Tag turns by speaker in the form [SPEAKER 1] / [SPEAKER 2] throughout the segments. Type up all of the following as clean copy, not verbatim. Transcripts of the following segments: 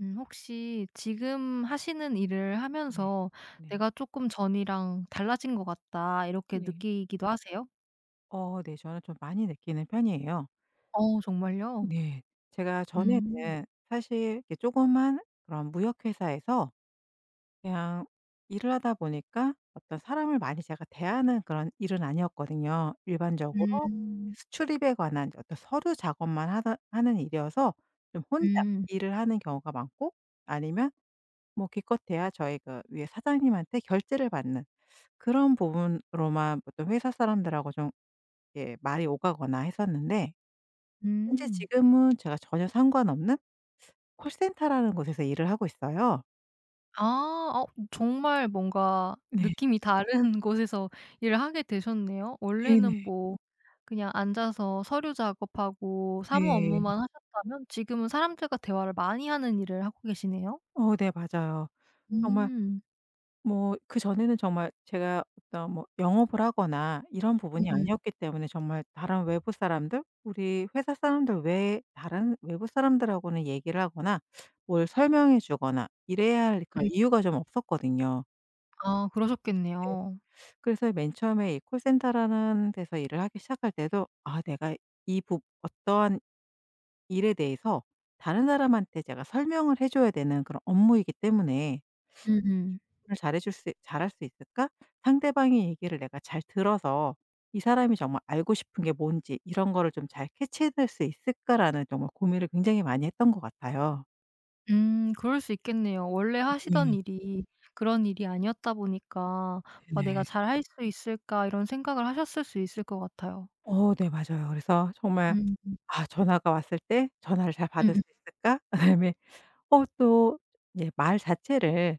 [SPEAKER 1] 혹시 지금 하시는 일을
[SPEAKER 2] 네.
[SPEAKER 1] 하면서
[SPEAKER 2] 네.
[SPEAKER 1] '내가 조금 전이랑 달라진 것 같다.' 이렇게
[SPEAKER 2] 네.
[SPEAKER 1] 느끼기도 하세요?
[SPEAKER 2] 네. 저는 좀 많이 느끼는 편이에요.
[SPEAKER 1] 어 정말요?
[SPEAKER 2] 네. 제가
[SPEAKER 1] 음.
[SPEAKER 2] 전에는 사실 이렇게 조그만 그런 무역 회사에서 그냥 일을 하다 보니까 어떤 사람을 많이 제가 대하는 그런 일은 아니었거든요.
[SPEAKER 1] 음.
[SPEAKER 2] 일반적으로
[SPEAKER 1] 음.
[SPEAKER 2] 수출입에 관한 어떤 서류 작업만 하던 하는 일이어서 좀 혼자
[SPEAKER 1] 음.
[SPEAKER 2] 일을 하는 경우가 많고, 아니면 뭐 기껏해야 저희 그 위에 사장님한테 결제를 받는 그런 부분으로만 보통 회사 사람들하고 좀, 예, 말이 오가거나 했었는데, 현재
[SPEAKER 1] 음.
[SPEAKER 2] 지금은 제가 전혀 상관없는 콜센터라는 곳에서 일을 하고 있어요.
[SPEAKER 1] 아. 어 정말 뭔가
[SPEAKER 2] 네.
[SPEAKER 1] 느낌이 다른 곳에서 일을 하게 되셨네요.
[SPEAKER 2] 네네.
[SPEAKER 1] 원래는 뭐 그냥 앉아서 서류 작업하고 사무
[SPEAKER 2] 네.
[SPEAKER 1] 업무만 하셨다면 지금은 사람들과 대화를 많이 하는 일을 하고 계시네요.
[SPEAKER 2] 네 맞아요. 정말
[SPEAKER 1] 음.
[SPEAKER 2] 뭐 그전에는 정말 제가 어떤 뭐 영업을 하거나 이런 부분이
[SPEAKER 1] 음음. 음.
[SPEAKER 2] 아니었기 때문에, 정말 다른 외부 사람들, 우리 회사 사람들 외에 다른 외부 사람들하고는 얘기를 하거나 뭘 설명해 주거나 이래야 할 그런
[SPEAKER 1] 음.
[SPEAKER 2] 이유가 좀 없었거든요.
[SPEAKER 1] 아 그러셨겠네요.
[SPEAKER 2] 그래서 맨 처음에 이 콜센터라는 데서 일을 하기 시작할 때도 '아 내가 이 부 어떠한 일에 대해서 다른 사람한테 제가 설명을 해 줘야 되는 그런 업무이기 때문에,
[SPEAKER 1] 음음.
[SPEAKER 2] 을 잘해 줄 수 잘할 수 있을까? 상대방의 얘기를 내가 잘 들어서 이 사람이 정말 알고 싶은 게 뭔지 이런 거를 좀 잘 캐치해낼 수 있을까?'라는 정말 고민을 굉장히 많이 했던 것 같아요.
[SPEAKER 1] 그럴 수 있겠네요. 원래 하시던
[SPEAKER 2] 네.
[SPEAKER 1] 일이 그런 일이 아니었다 보니까 '아 내가
[SPEAKER 2] 네네.
[SPEAKER 1] 잘 할 수 있을까?' 이런 생각을 하셨을 수 있을 것 같아요.
[SPEAKER 2] 네 맞아요. 그래서 정말
[SPEAKER 1] 음.
[SPEAKER 2] '아 전화가 왔을 때 전화를 잘 받을 수
[SPEAKER 1] 음음.
[SPEAKER 2] 있을까?' 그다음에 또, 예 말 자체를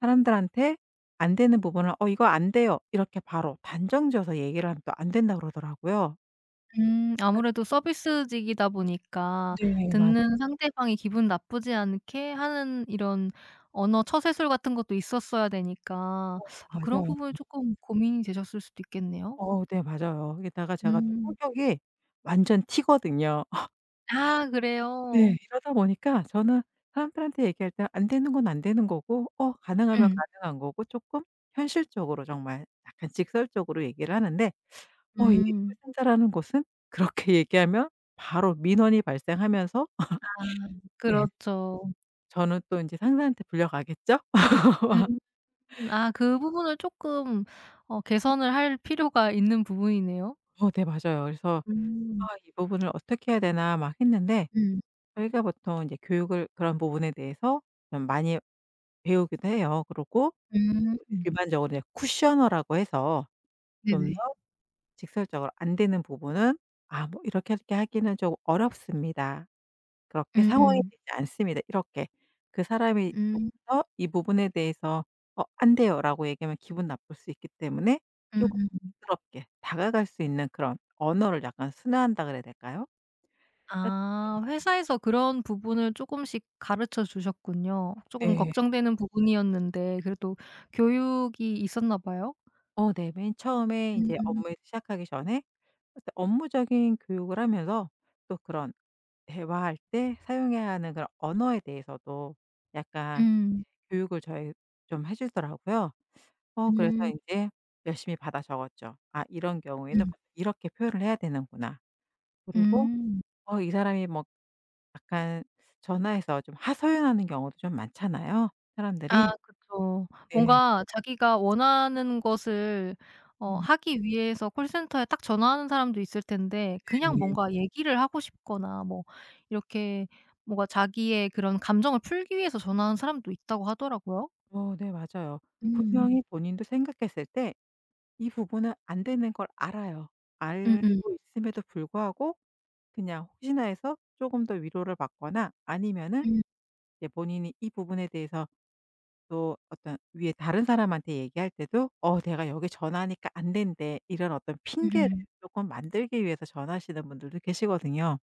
[SPEAKER 2] 사람들한테, 안 되는 부분을 "어 이거 안 돼요." 이렇게 바로 단정지어서 얘기를 하면 또 안 된다 그러더라고요.
[SPEAKER 1] 아무래도 서비스직이다 보니까
[SPEAKER 2] 네. 맞
[SPEAKER 1] 듣는 상대방이 기분 나쁘지 않게 하는 이런 언어 처세술 같은 것도 있었어야 되니까 아 그런
[SPEAKER 2] 맞아요.
[SPEAKER 1] 부분이 쪼끔 고민이 되셨을 수도 있겠네요.
[SPEAKER 2] 네 맞아요. 게다가 제가 또
[SPEAKER 1] 음.
[SPEAKER 2] 성격이 완전 티거든요.
[SPEAKER 1] 아
[SPEAKER 2] 네.
[SPEAKER 1] 그래요?
[SPEAKER 2] 이러다 보니까 저는 사람들한테 얘기할 때 안 되는 건 안 되는 거고, 가능하면
[SPEAKER 1] 음.
[SPEAKER 2] 가능한 거고, 조금 현실적으로 정말 약간 직설적으로 얘기를 하는데, 이
[SPEAKER 1] 음.
[SPEAKER 2] 콜센터라는 곳은 그렇게 얘기하면 바로 민원이 발생하면서
[SPEAKER 1] 아
[SPEAKER 2] 네.
[SPEAKER 1] 그렇죠.
[SPEAKER 2] 저는 또 인제 상사한테 불려가겠죠?
[SPEAKER 1] 음. 아 그 부분을 쪼끔 어 개선을 할 필요가 있는 부분이네요.
[SPEAKER 2] 네 맞아요. 그래서 '아
[SPEAKER 1] 음.
[SPEAKER 2] 이 부분을 어떻게 해야 되나.' 막 했는데,
[SPEAKER 1] 음.
[SPEAKER 2] 저희가 보통 이제 교육을 그런 부분에 대해서 좀 많이 배우기도 해요. 그러고
[SPEAKER 1] 음.
[SPEAKER 2] 일반적으로 이제 쿠셔너라고 해서 좀
[SPEAKER 1] 네네.
[SPEAKER 2] 더 직설적으로 안 되는 부분은 "아 뭐 이렇게 이렇게 하기는 좀 어렵습니다. 그렇게 상황이
[SPEAKER 1] 음음.
[SPEAKER 2] 되지 않습니다." 이렇게 그 사람이 조금
[SPEAKER 1] 음.
[SPEAKER 2] 더이 부분에 대해서 "어 안 돼요."라고 얘기하면 기분 나쁠 수 있기 때문에, 조금
[SPEAKER 1] 음음.
[SPEAKER 2] 부드럽게 다가갈 수 있는 그런 언어를 약간 순화한다 그래야 될까요?
[SPEAKER 1] 아 회사에서 그런 부분을 쪼끔씩 가르쳐 주셨군요. 쪼금
[SPEAKER 2] 네.
[SPEAKER 1] 걱정되는 부분이었는데 그래도 교육이 있었나 봐요?
[SPEAKER 2] 네. 맨 처음에 인제
[SPEAKER 1] 음.
[SPEAKER 2] 업무에 시작하기 전에 어떤 업무적인 교육을 하면서, 또 그런 대화할 때 사용해야 하는 그런 언어에 대해서도 약간
[SPEAKER 1] 음.
[SPEAKER 2] 교육을 저희 좀 해 주더라고요. 그래서
[SPEAKER 1] 음.
[SPEAKER 2] 인제 열심히 받아 적었죠. '아 이런 경우에는
[SPEAKER 1] 음.
[SPEAKER 2] 보통 이렇게 표현을 해야 되는구나.' 그리고
[SPEAKER 1] 음.
[SPEAKER 2] 이 사람이 뭐 약간 전화해서 좀 하소연하는 경우도 좀 많잖아요,
[SPEAKER 1] 아
[SPEAKER 2] 사람들이.
[SPEAKER 1] 그쵸.
[SPEAKER 2] 네.
[SPEAKER 1] 뭔가 자기가 원하는 것을 어
[SPEAKER 2] 음.
[SPEAKER 1] 하기 위해서 콜센터에 딱 전화하는 사람도 있을 텐데 그냥
[SPEAKER 2] 네네.
[SPEAKER 1] 뭔가 얘기를 하고 싶거나 뭐 이렇게 뭔가 자기의 그런 감정을 풀기 위해서 전화하는 사람도 있다고 하더라고요.
[SPEAKER 2] 네 맞아요.
[SPEAKER 1] 음.
[SPEAKER 2] 분명히 본인도 생각했을 때 이 부분은 안 되는 걸 알아요.
[SPEAKER 1] 음음.
[SPEAKER 2] 알고 있음에도 불구하고 그냥 혹시나 해서 조금 더 위로를 받거나, 아니면은
[SPEAKER 1] 음
[SPEAKER 2] 이제 본인이 이 부분에 대해서, 또 어떤 위에 다른 사람한테 얘기할 때도 "어 내가 여기 전화하니까 안 된대." 이런 어떤, 네, 핑계를
[SPEAKER 1] 음음.
[SPEAKER 2] 조금 만들기 위해서 전화하시는 분들도 계시거든요.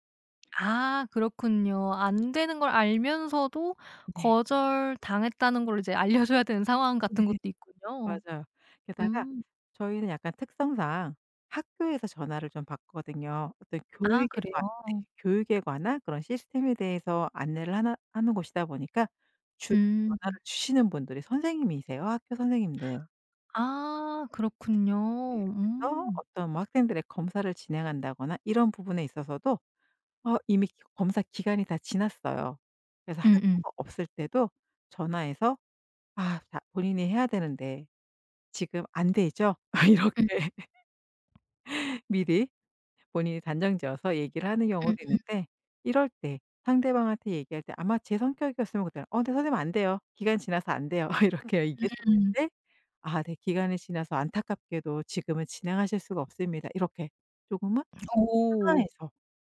[SPEAKER 1] 아 그렇군요. 안 되는 걸 알면서도
[SPEAKER 2] 네.
[SPEAKER 1] 거절당했다는 걸 이제 알려 줘야 되는 상황
[SPEAKER 2] 네.
[SPEAKER 1] 같은 것도 있군요.
[SPEAKER 2] 맞아요. 게다가
[SPEAKER 1] 음.
[SPEAKER 2] 저희는 약간 특성상 학교에서 전화를 좀 받거든요. 어떤
[SPEAKER 1] 아
[SPEAKER 2] 교육에
[SPEAKER 1] 그래요?
[SPEAKER 2] 관 네, 교육에 관한 그런 시스템에 대해서 안내를 하나 하는 곳이다 보니까, 주로
[SPEAKER 1] 음.
[SPEAKER 2] 전화를 주시는 분들이 선생님이세요, 학교 선생님들.
[SPEAKER 1] 아 그렇군요.
[SPEAKER 2] 그래서
[SPEAKER 1] 음.
[SPEAKER 2] 어떤 뭐 학생들의 검사를 진행한다거나 이런 부분에 있어서도 이미 기 검사 기간이 다 지났어요. 그래서 할
[SPEAKER 1] 음음.
[SPEAKER 2] 수가 없을 때도 전화해서 "아 다 본인이 해야 되는데 지금 안 되죠?"
[SPEAKER 1] 음
[SPEAKER 2] 이렇게 미리 본인이 단정지어서 얘기를 하는 경우도 있는데, 이럴 때 상대방한테 얘기할 때 아마 제 성격이었으면 그때는 "어 근데 선생님 안 돼요. 기간 지나서 안 돼요." 이렇게 얘기했을
[SPEAKER 1] 음음.
[SPEAKER 2] 텐데, "아 네. 기간이 지나서 안타깝게도 지금은 진행하실 수가 없습니다." 이렇게 조금은
[SPEAKER 1] 오.
[SPEAKER 2] 상황에서,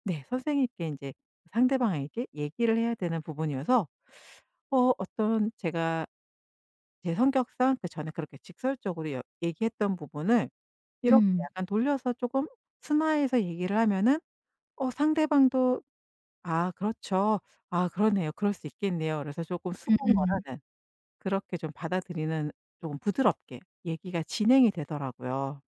[SPEAKER 2] 네, 선생님께 이제 상대방에게 얘기를 해야 되는 부분이어서, 어떤 제가 제 성격상 그전에 그렇게 직설적으로 여 얘기했던 부분을 이렇게
[SPEAKER 1] 음.
[SPEAKER 2] 약간 돌려서 조금 순화해서 얘기를 하면은, 어 상대방도 "아 그렇죠. 아 그러네요. 그럴 수 있겠네요." 그래서 쪼끔
[SPEAKER 1] 음음.
[SPEAKER 2] 수긍어라는, 그렇게 좀 받아들이는, 쪼금 부드럽게 얘기가 진행이 되더라고요.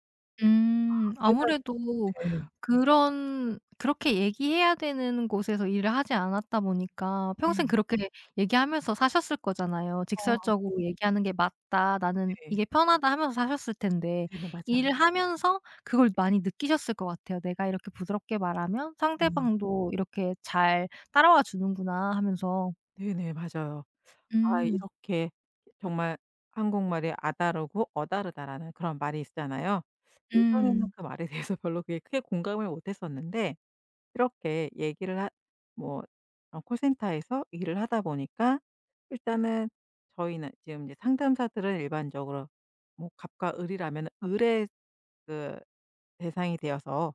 [SPEAKER 1] 음.
[SPEAKER 2] 내가
[SPEAKER 1] 아무래도
[SPEAKER 2] 네.
[SPEAKER 1] 그런 그렇게 얘기해야 되는 곳에서 일을 하지 않았다 보니까 평생
[SPEAKER 2] 네네.
[SPEAKER 1] 그렇게 얘기하면서 사셨을 거잖아요.
[SPEAKER 2] 어
[SPEAKER 1] 직설적으로 얘기하는 게 맞다. 나는
[SPEAKER 2] 네.
[SPEAKER 1] 이게 편하다 하면서 사셨을 텐데
[SPEAKER 2] 네네. 맞아요.
[SPEAKER 1] 일을 하면서 그걸 많이 느끼셨을 것 같아요. '내가 이렇게 부드럽게 말하면
[SPEAKER 2] 네.
[SPEAKER 1] 상대방도 이렇게 잘 따라와 주는구나.' 하면서.
[SPEAKER 2] 네네. 맞아요. 아
[SPEAKER 1] 음.
[SPEAKER 2] 이렇게 정말 한국말에 "아다르고 어다르다."라는 그런 말이 있잖아요. 예전에는
[SPEAKER 1] 음.
[SPEAKER 2] 그 말에 대해서 별로 그게 크게 공감을 못 했었는데, 이렇게 얘기를 하 뭐, 그런 콜센터에서 일을 하다 보니까 일단은 저희는 지금 이제 상담사들은 일반적으로 뭐 갑과 을이라면 을의 그 대상이 되어서, 음,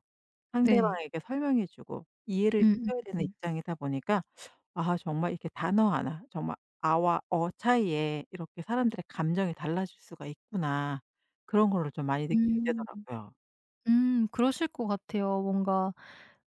[SPEAKER 1] 네.
[SPEAKER 2] 상대방에게 설명해 주고 이해를 시켜야 되는
[SPEAKER 1] 음음음.
[SPEAKER 2] 입장이다 보니까, 아 정말 이렇게 단어 하나, 정말 아와 어 차이에 이렇게 사람들의 감정이 달라질 수가 있구나. 그런 거를 좀 많이 느끼게
[SPEAKER 1] 음.
[SPEAKER 2] 되더라고요.
[SPEAKER 1] 그러실 것 같아요. 뭔가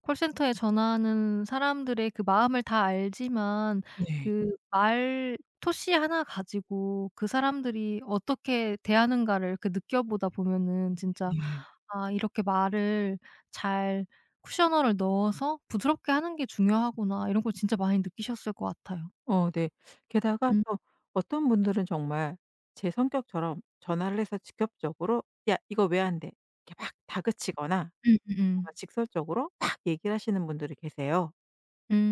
[SPEAKER 1] 콜센터에 전화하는 사람들의 그 마음을 다 알지만
[SPEAKER 2] 네.
[SPEAKER 1] 그 말 토시 하나 가지고 그 사람들이 어떻게 대하는가를 그 느껴보다 보면은 진짜
[SPEAKER 2] 네.
[SPEAKER 1] '아 이렇게 말을 잘 쿠셔너를 넣어서 부드럽게 하는 게 중요하구나.' 이런 걸 진짜 많이 느끼셨을 것 같아요.
[SPEAKER 2] 네. 게다가
[SPEAKER 1] 음.
[SPEAKER 2] 또 어떤 분들은 정말 제 성격처럼 전화를 해서 직접적으로 "야 이거 왜 안 돼." 이렇게 막 다그치거나
[SPEAKER 1] 음음음.
[SPEAKER 2] 정말 직설적으로 막 얘기를 하시는 분들이 계세요.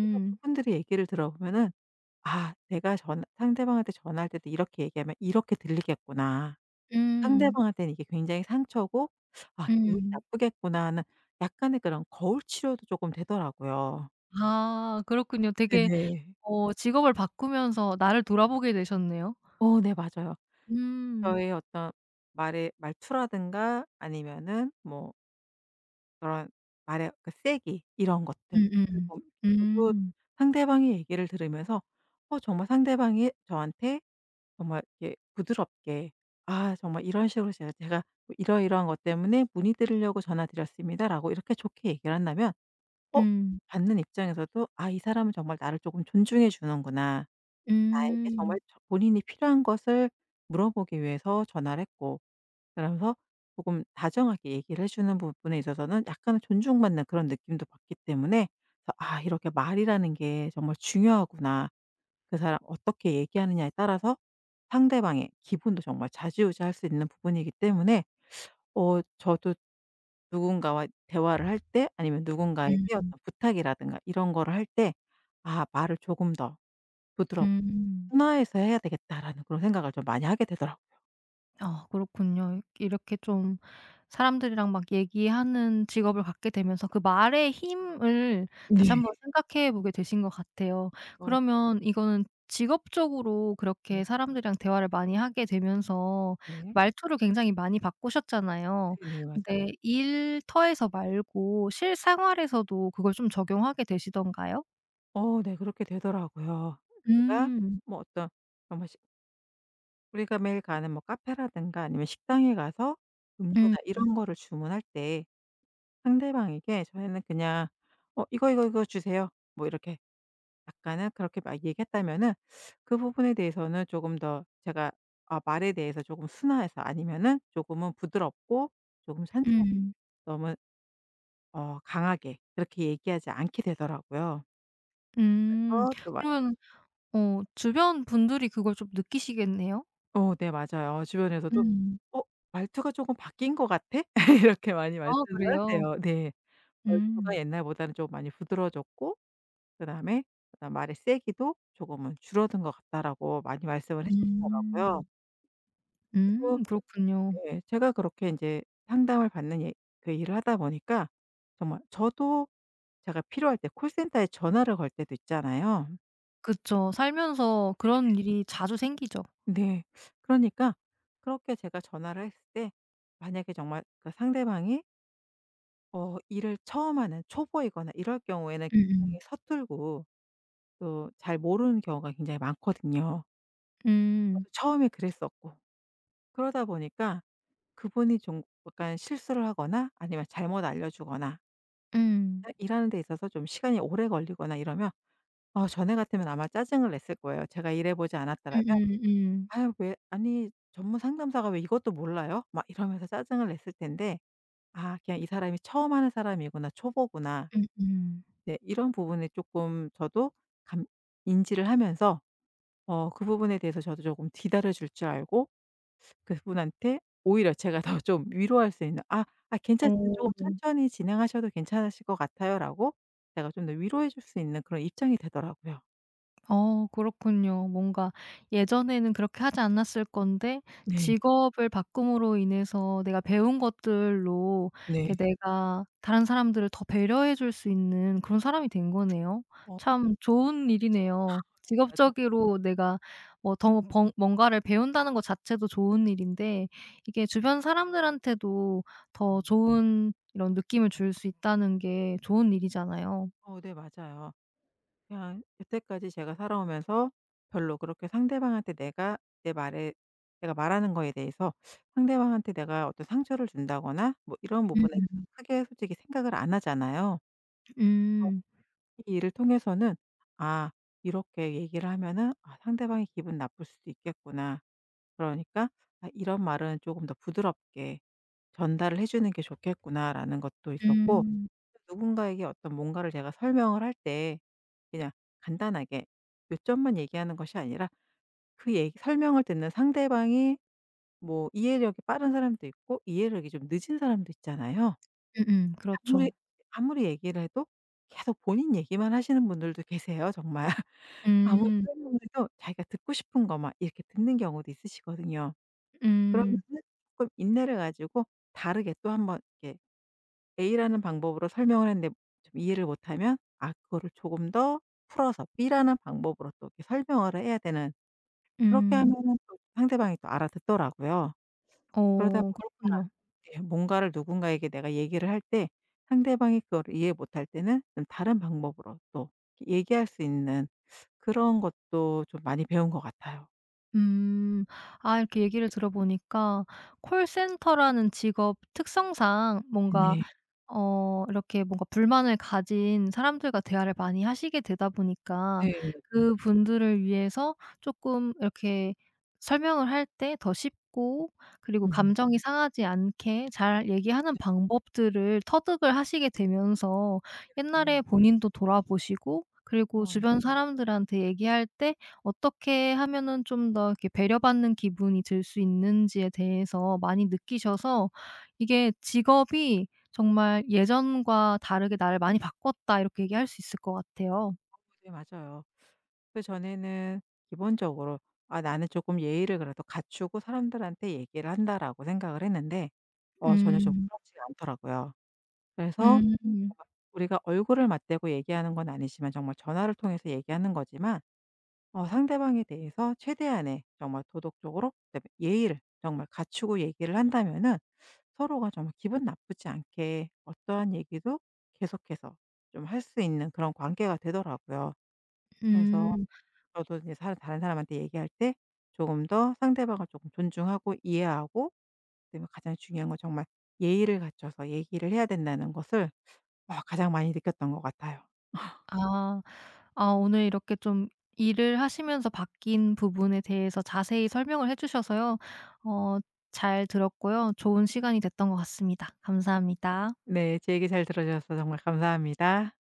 [SPEAKER 2] 그래서 그분들의 얘기를 들어보면은 '아 내가 전 상대방한테 전화할 때도 이렇게 얘기하면 이렇게 들리겠구나.
[SPEAKER 1] 음.
[SPEAKER 2] 상대방한테는 이게 굉장히 상처고 아
[SPEAKER 1] 음.
[SPEAKER 2] 기분이
[SPEAKER 1] 음.
[SPEAKER 2] 나쁘겠구나.' 하는 약간의 그런 거울 치료도 조금 되더라고요.
[SPEAKER 1] 아 그렇군요. 되게
[SPEAKER 2] 네네.
[SPEAKER 1] 어 직업을 바꾸면서 나를 돌아보게 되셨네요.
[SPEAKER 2] 네 맞아요.
[SPEAKER 1] 음.
[SPEAKER 2] 저의 어떤 말의 말투라든가 아니면은 뭐 그런 말의 그 세기 이런 것들.
[SPEAKER 1] 음음.
[SPEAKER 2] 그리고 저도
[SPEAKER 1] 음.
[SPEAKER 2] 상대방의 얘기를 들으면서, 정말 상대방이 저한테 정말 이렇게 부드럽게 "아 정말 이런 식으로 제가 뭐 이러이러한 것 때문에 문의드리려고 전화드렸습니다."라고 이렇게 좋게 얘기를 한다면, 어
[SPEAKER 1] 음.
[SPEAKER 2] 받는 입장에서도 '아 이 사람은 정말 나를 조금 존중해 주는구나. 나에게 정말
[SPEAKER 1] 음.
[SPEAKER 2] 저 본인이 필요한 것을 물어보기 위해서 전화를 했고, 그러면서 조금 다정하게 얘기를 해 주는 부분에 있어서는 약간의 존중받는 그런 느낌도 받기 때문에,' 그래서 '아 이렇게 말이라는 게 정말 중요하구나. 그 사람 어떻게 얘기하느냐에 따라서 상대방의 기분도 정말 좌지우지할 수 있는 부분이기 때문에,' 저도 누군가와 대화를 할 때, 아니면 누군가에게
[SPEAKER 1] 음.
[SPEAKER 2] 어떤 부탁이라든가 이런 거를 할 때 '아 말을 조금 더 부드럽고
[SPEAKER 1] 음.
[SPEAKER 2] 순화해서 해야 되겠다.'라는 그런 생각을 좀 많이 하게 되더라고요.
[SPEAKER 1] 아 그렇군요. 이렇게 좀 사람들이랑 막 얘기하는 직업을 갖게 되면서 그 말의 힘을 다시
[SPEAKER 2] 네.
[SPEAKER 1] 한번 생각해 보게 되신 것 같아요.
[SPEAKER 2] 어
[SPEAKER 1] 그러면 이거는 직업적으로
[SPEAKER 2] 네.
[SPEAKER 1] 그렇게 사람들이랑 대화를 많이 하게 되면서 그
[SPEAKER 2] 네.
[SPEAKER 1] 말투를 굉장히 많이 바꾸셨잖아요.
[SPEAKER 2] 네네. 맞아요.
[SPEAKER 1] 근데 일터에서 말고 실생활에서도 그걸 좀 적용하게 되시던가요?
[SPEAKER 2] 네. 그렇게 되더라고요. 제가
[SPEAKER 1] 음.
[SPEAKER 2] 뭐 어떤 정말 식 우리가 매일 가는 뭐 카페라든가 아니면 식당에 가서
[SPEAKER 1] 음
[SPEAKER 2] 음료나 이런 거를 주문할 때 상대방에게 저희는 그냥 "어 이거, 이거, 이거 주세요." 뭐 이렇게 약간은 그렇게 막 얘기했다면은, 그 부분에 대해서는 조금 더 제가 아 말에 대해서 조금 순화해서, 아니면은 조금은 부드럽고 조금 천천히,
[SPEAKER 1] 음.
[SPEAKER 2] 너무 강하게 이렇게 얘기하지 않게 되더라고요.
[SPEAKER 1] 음.
[SPEAKER 2] 그래서 또
[SPEAKER 1] 그러면 어 주변 분들이 그걸 좀 느끼시겠네요?
[SPEAKER 2] 네 맞아요. 주변에서도
[SPEAKER 1] 음.
[SPEAKER 2] "어 말투가 쪼금 바뀐 것 같아?" 이렇게 많이
[SPEAKER 1] 아
[SPEAKER 2] 말씀을
[SPEAKER 1] 그래요?
[SPEAKER 2] 하세요. 네. 말투가
[SPEAKER 1] 음.
[SPEAKER 2] 옛날보다는 좀 많이 부드러워졌고, 그다음에 그다음 말의 세기도 조금은 줄어든 것 같다라고 많이 말씀을 해 주시더라고요.
[SPEAKER 1] 음.
[SPEAKER 2] 또
[SPEAKER 1] 그렇군요.
[SPEAKER 2] 예 제가 그렇게 인제 상담을 받는 그 일을 하다 보니까 정말 저도, 제가 필요할 때 콜센터에 전화를 걸 때도 있잖아요.
[SPEAKER 1] 그쵸. 살면서 그런 일이 자주 생기죠.
[SPEAKER 2] 네. 그러니까 그렇게 제가 전화를 했을 때 만약에 정말 그 상대방이 일을 처음 하는 초보이거나 이럴 경우에는 굉장히
[SPEAKER 1] 음음.
[SPEAKER 2] 서툴고, 또 잘 모르는 경우가 굉장히 많거든요.
[SPEAKER 1] 음.
[SPEAKER 2] 저도 처음에 그랬었고. 그러다 보니까 그분이 좀 약간 실수를 하거나 아니면 잘못 알려주거나
[SPEAKER 1] 음.
[SPEAKER 2] 일하는 데 있어서 좀 시간이 오래 걸리거나 이러면, 전에 같으면 아마 짜증을 냈을 거예요. 제가 일해 보지 않았더라면
[SPEAKER 1] 음음 음.
[SPEAKER 2] '아유 왜, 아니 전문 상담사가 왜 이것도 몰라요?' 막 이러면서 짜증을 냈을 텐데 '아 그냥 이 사람이 처음 하는 사람이구나. 초보구나.'
[SPEAKER 1] 음. 음음.
[SPEAKER 2] 네. 이런 부분에 조금 저도 감 인지를 하면서, 그 부분에 대해서 저도 조금 기다려 줄 줄 알고 그분한테 오히려 제가 더 좀 위로할 수 있는, "아 아 괜찮습니다. 조금
[SPEAKER 1] 어.
[SPEAKER 2] 천천히 진행하셔도 괜찮으실 것 같아요."라고 제가 좀 더 위로해 줄 수 있는 그런 입장이 되더라고요.
[SPEAKER 1] 어 그렇군요. 뭔가 예전에는 그렇게 하지 않았을 건데
[SPEAKER 2] 네.
[SPEAKER 1] 직업을 바꿈으로 인해서 내가 배운 것들로 이렇게
[SPEAKER 2] 네.
[SPEAKER 1] 내가 다른 사람들을 더 배려해 줄 수 있는 그런 사람이 된 거네요.
[SPEAKER 2] 어
[SPEAKER 1] 참 좋은 일이네요.
[SPEAKER 2] 네 맞아요.
[SPEAKER 1] 직업적으로 내가 뭐 더 뭔가를 배운다는 것 자체도 좋은 일인데 이게 주변 사람들한테도 더
[SPEAKER 2] 음.
[SPEAKER 1] 좋은 이런 느낌을 줄 수 있다는 게 좋은 일이잖아요.
[SPEAKER 2] 네 맞아요. 그냥 여태까지 제가 살아오면서 별로 그렇게 상대방한테 내가, 내 말에, 내가 말하는 거에 대해서 상대방한테 내가 어떤 상처를 준다거나 뭐 이런 부분에
[SPEAKER 1] 음.
[SPEAKER 2] 대해서 크게 솔직히 생각을 안 하잖아요.
[SPEAKER 1] 음.
[SPEAKER 2] 이 일을 통해서는 '아 이렇게 얘기를 하면은 아 상대방이 기분 나쁠 수도 있겠구나.' 그러니까 '아 이런 말은 조금 더 부드럽게 전달을 해 주는 게 좋겠구나.'라는 것도 있었고,
[SPEAKER 1] 음.
[SPEAKER 2] 누군가에게 어떤 뭔가를 제가 설명을 할 때 그냥 간단하게 요점만 얘기하는 것이 아니라, 그 얘기 설명을 듣는 상대방이 뭐 이해력이 빠른 사람도 있고 이해력이 좀 늦은 사람도 있잖아요.
[SPEAKER 1] 음음.
[SPEAKER 2] 아무리
[SPEAKER 1] 그렇죠.
[SPEAKER 2] 아무리 얘기를 해도 계속 본인 얘기만 하시는 분들도 계세요, 정말. 아무리
[SPEAKER 1] 음.
[SPEAKER 2] 설명해도 자기가 듣고 싶은 것만 이렇게 듣는 경우도 있으시거든요.
[SPEAKER 1] 음.
[SPEAKER 2] 그러면은 쪼끔 인내를 가지고 다르게 또 한번 이렇게 A라는 방법으로 설명을 했는데, 좀 이해를 못하면 아 그거를 조금 더 풀어서 B라는 방법으로 또 이렇게 설명을 해야 되는, 그렇게
[SPEAKER 1] 음.
[SPEAKER 2] 하면은 또 상대방이 또 알아듣더라고요. 그러다
[SPEAKER 1] 어
[SPEAKER 2] 보니까
[SPEAKER 1] 그렇군요.
[SPEAKER 2] 예, 뭔가를 누군가에게 내가 얘기를 할 때 상대방이 그걸 이해 못할 때는 좀 다른 방법으로 또 얘기할 수 있는 그런 것도 좀 많이 배운 것 같아요.
[SPEAKER 1] 음. 아 이렇게 얘기를 들어 보니까 콜센터라는 직업 특성상 뭔가
[SPEAKER 2] 네네.
[SPEAKER 1] 어 이렇게 뭔가 불만을 가진 사람들과 대화를 많이 하시게 되다
[SPEAKER 2] 네
[SPEAKER 1] 보니까
[SPEAKER 2] 네
[SPEAKER 1] 그분들을 위해서 쪼끔 이렇게 설명을 할 때 더 쉽고 그리고
[SPEAKER 2] 음.
[SPEAKER 1] 감정이 상하지 않게 잘 얘기하는 방법들을 터득을 하시게 되면서
[SPEAKER 2] 네네.
[SPEAKER 1] 옛날에 본인도 돌아보시고 그리고
[SPEAKER 2] 네,
[SPEAKER 1] 주변 사람들한테 얘기할 때 어떻게 하면은 좀 더 이렇게 배려받는 기분이 들 수 있는지에 대해서 많이 느끼셔서 이게 직업이 정말 "예전과 다르게 나를 많이 바꿨다." 이렇게 얘기할 수 있을 것 같아요.
[SPEAKER 2] 네, 맞아요. 그전에는 기본적으로 '아 나는 조금 예의를 그래도 갖추고 사람들한테 얘기를 한다.'라고 생각을 했는데 전혀 좀
[SPEAKER 1] 음.
[SPEAKER 2] 그렇지 않더라고요. 그래서 어
[SPEAKER 1] 음.
[SPEAKER 2] 우리가 얼굴을 맞대고 얘기하는 건 아니지만 정말 전화를 통해서 얘기하는 거지만, 상대방에 대해서 최대한의 정말 도덕적으로 그다음에 예의를 정말 갖추고 얘기를 한다면은 서로가 정말 기분 나쁘지 않게 어떠한 얘기도 계속해서 좀 할 수 있는 그런 관계가 되더라고요. 그래서
[SPEAKER 1] 음.
[SPEAKER 2] 저도 이제 사 다른 사람한테 얘기할 때 조금 더 상대방을 조금 존중하고 이해하고 때문에 가장 중요한 건 정말 예의를 갖춰서 얘기를 해야 된다는 것을 가장 많이 느꼈던 것 같아요.
[SPEAKER 1] 아. 아 오늘 이렇게 좀 일을 하시면서 바뀐 부분에 대해서 자세히 설명을 해 주셔서요. 어 잘 들었고요. 좋은 시간이 됐던 것 같습니다. 감사합니다.
[SPEAKER 2] 네. 제 얘기 잘 들어 주셔서 정말 감사합니다.